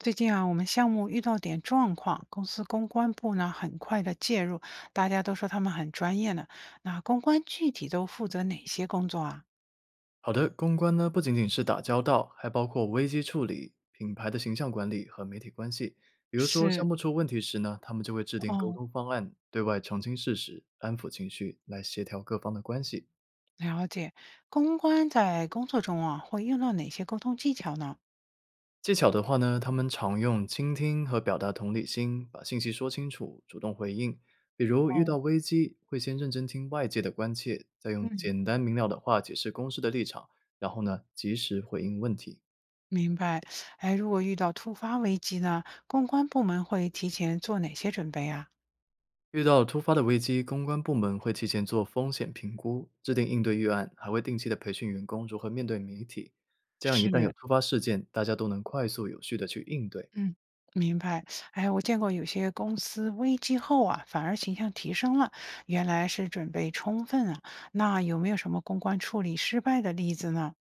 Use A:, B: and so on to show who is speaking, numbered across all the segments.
A: 最近啊，我们项目遇到点状况，公司公关部呢很快的介入，大家都说他们很专业呢。那公关具体都负责哪些工作啊？
B: 好的，公关呢不仅仅是打交道，还包括危机处理、品牌的形象管理和媒体关系。比如说
A: 是，
B: 项目出问题时呢，他们就会制定沟
A: 哦，
B: 通方案，对外澄清事实、安抚情绪，来协调各方的关系。
A: 了解。公关在工作中啊，会用到哪些沟通技巧呢？
B: 技巧的话呢，他们常用倾听和表达同理心，把信息说清楚，主动回应。比如遇
A: 哦，
B: 到危机，会先认真听外界的关切，再用
A: 嗯，
B: 简单明了的话解释公司的立场，然后呢，及时回应问题。
A: 明白。哎，如果遇到突发危机呢，公关部门会提前做哪些准备啊？
B: 遇到突发的危机，公关部门会提前做风险评估，制定应对预案，还会定期的培训员工如何面对媒体。这样一旦有
A: 是，
B: 突发事件，大家都能快速有序的去应对。
A: 嗯，明白。哎，我见过有些公司危机后啊，反而形象提升了，原来是准备充分啊。那有没有什么公关处理失败的例子呢？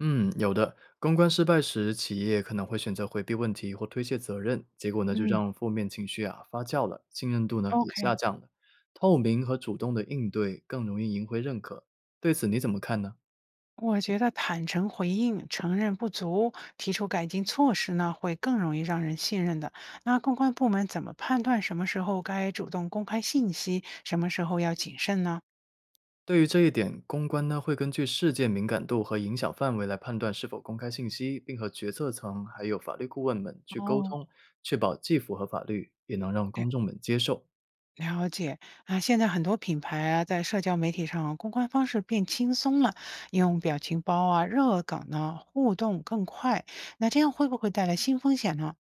B: 嗯，有的。公关失败时，企业可能会选择回避问题或推卸责任，结果呢就
A: 嗯，
B: 让负面情绪啊发酵了，信任度呢也下
A: OK，
B: 降了。透明和主动的应对更容易赢回认可。对此你怎么看呢？
A: 我觉得坦诚回应、承认不足、提出改进措施呢，会更容易让人信任的。那公关部门怎么判断什么时候该主动公开信息，什么时候要谨慎呢？
B: 对于这一点，公关呢会根据事件敏感度和影响范围来判断是否公开信息，并和决策层还有法律顾问们去沟
A: 哦，
B: 通，确保既符合法律，也能让公众们接受。
A: 了解啊，现在很多品牌啊，在社交媒体上公关方式变轻松了，用表情包啊、热梗呢，互动更快。那这样会不会带来新风险呢？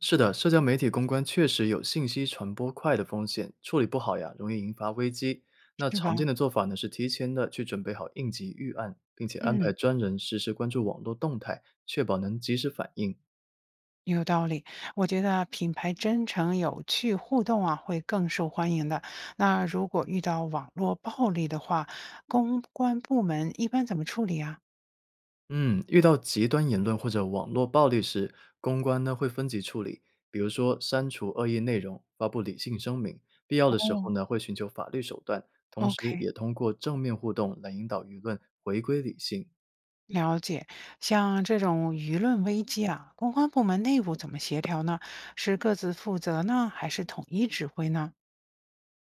B: 是的，社交媒体公关确实有信息传播快的风险，处理不好呀，容易引发危机。那
A: 是
B: 常
A: 吧？
B: 见的做法呢是提前的去准备好应急预案，并且安排
A: 嗯，
B: 专人实时关注网络动态，确保能及时反应。
A: 有道理。我觉得品牌真诚、有趣、互动啊，会更受欢迎的。那如果遇到网络暴力的话，公关部门一般怎么处理啊？
B: 嗯，遇到极端言论或者网络暴力时，公关呢会分级处理，比如说删除恶意内容，发布理性声明，必要的时候
A: 哦
B: 呢会寻求法律手段，同时
A: ，OK。
B: 也通过正面互动来引导舆论回归理性。
A: 了解，像这种舆论危机啊，公关部门内部怎么协调呢？是各自负责呢，还是统一指挥呢？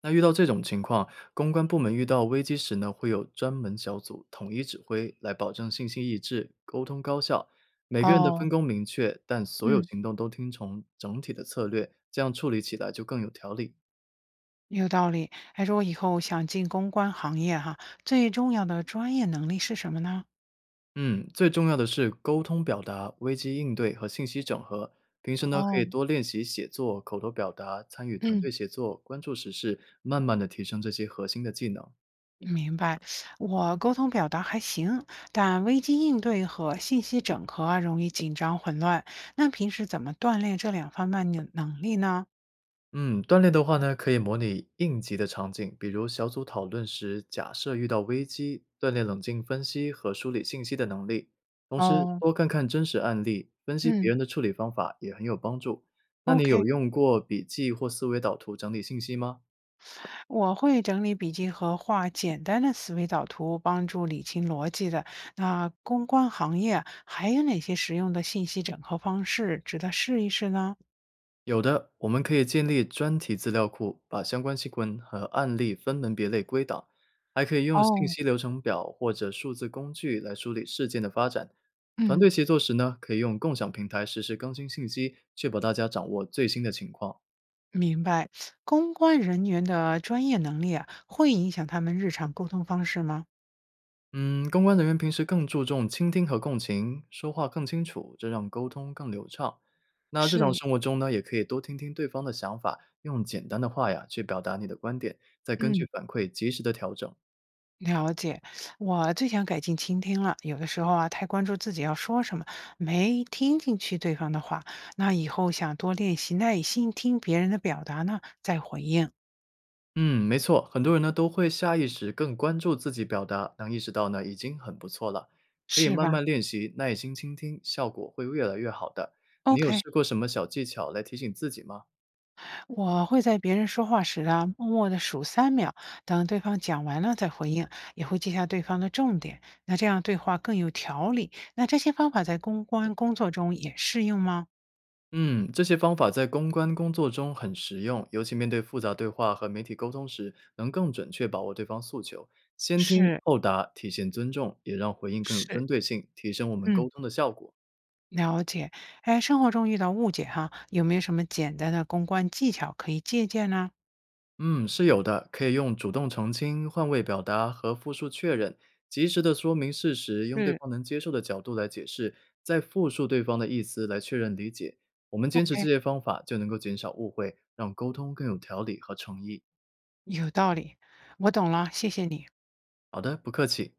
B: 那遇到这种情况，公关部门遇到危机时呢，会有专门小组统一指挥，来保证信息一致、沟通高效。每个人的分
A: 哦，
B: 工明确，但所有
A: 嗯，
B: 行动都听从整体的策略，这样处理起来就更有条理。
A: 有道理。还说我以后想进公关行业哈，最重要的专业能力是什么呢？
B: 嗯，最重要的是沟通表达、危机应对和信息整合。平时呢，可以
A: 哦，
B: 多练习写作、口头表达，参与团队
A: 嗯，
B: 协作，关注时事，慢慢的提升这些核心的技能。
A: 明白。我沟通表达还行，但危机应对和信息整合啊，容易紧张混乱。那平时怎么锻炼这两方面的能力呢？
B: 嗯，锻炼的话呢，可以模拟应急的场景，比如小组讨论时，假设遇到危机，锻炼冷静分析和梳理信息的能力。同时，
A: 哦，
B: 多看看真实案例，分析别
A: 嗯
B: 人的处理方法也很有帮助。那你
A: ，OK。
B: 有用过笔记或思维导图整理信息吗？
A: 我会整理笔记和画简单的思维导图，帮助理清逻辑的。那公关行业啊还有哪些实用的信息整合方式值得试一试呢？
B: 有的，我们可以建立专题资料库，把相关新闻和案例分门别类归档，还可以用信
A: 哦，
B: 息流程表或者数字工具来梳理事件的发展。团
A: 嗯，
B: 队协作时呢，可以用共享平台实时更新信息，确保大家掌握最新的情况。
A: 明白，公关人员的专业能力啊，会影响他们日常沟通方式吗？
B: 嗯，公关人员平时更注重倾听和共情，说话更清楚，这让沟通更流畅。那日常
A: 是，
B: 生活中呢，也可以多听听对方的想法，用简单的话呀去表达你的观点，再根据
A: 嗯。
B: 反馈及时的调整。
A: 了解，我最想改进倾听了。有的时候啊，太关注自己要说什么，没听进去对方的话。那以后想多练习耐心听别人的表达呢，再回应，
B: 嗯，没错，很多人呢都会下意识更关注自己表达，能意识到呢已经很不错了，可以
A: 是
B: 慢
A: 吧
B: 慢练习，耐心倾听，效果会越来越好的。你有
A: ？OK，
B: 试过什么小技巧来提醒自己吗？
A: 我会在别人说话时啊，默默的数3秒，等对方讲完了再回应，也会记下对方的重点。那这样对话更有条理。那这些方法在公关工作中也适用吗？
B: 嗯，这些方法在公关工作中很实用，尤其面对复杂对话和媒体沟通时，能更准确把握对方诉求，先听
A: 是
B: 后答，体现尊重，也让回应更有针
A: 是，
B: 对性，提升我们沟
A: 嗯。
B: 通的效果。
A: 了解，哎，生活中遇到误解哈，有没有什么简单的公关技巧可以借鉴呢
B: 嗯，是有的，可以用主动澄清、换位表达和复述确认，及时的说明事实，用对
A: 嗯
B: 方能接受的角度来解释，再复述对方的意思来确认理解。我们坚持这
A: ？OK，
B: 些方法，就能够减少误会，让沟通更有条理和诚意。
A: 有道理，我懂了，谢谢你。
B: 好的，不客气。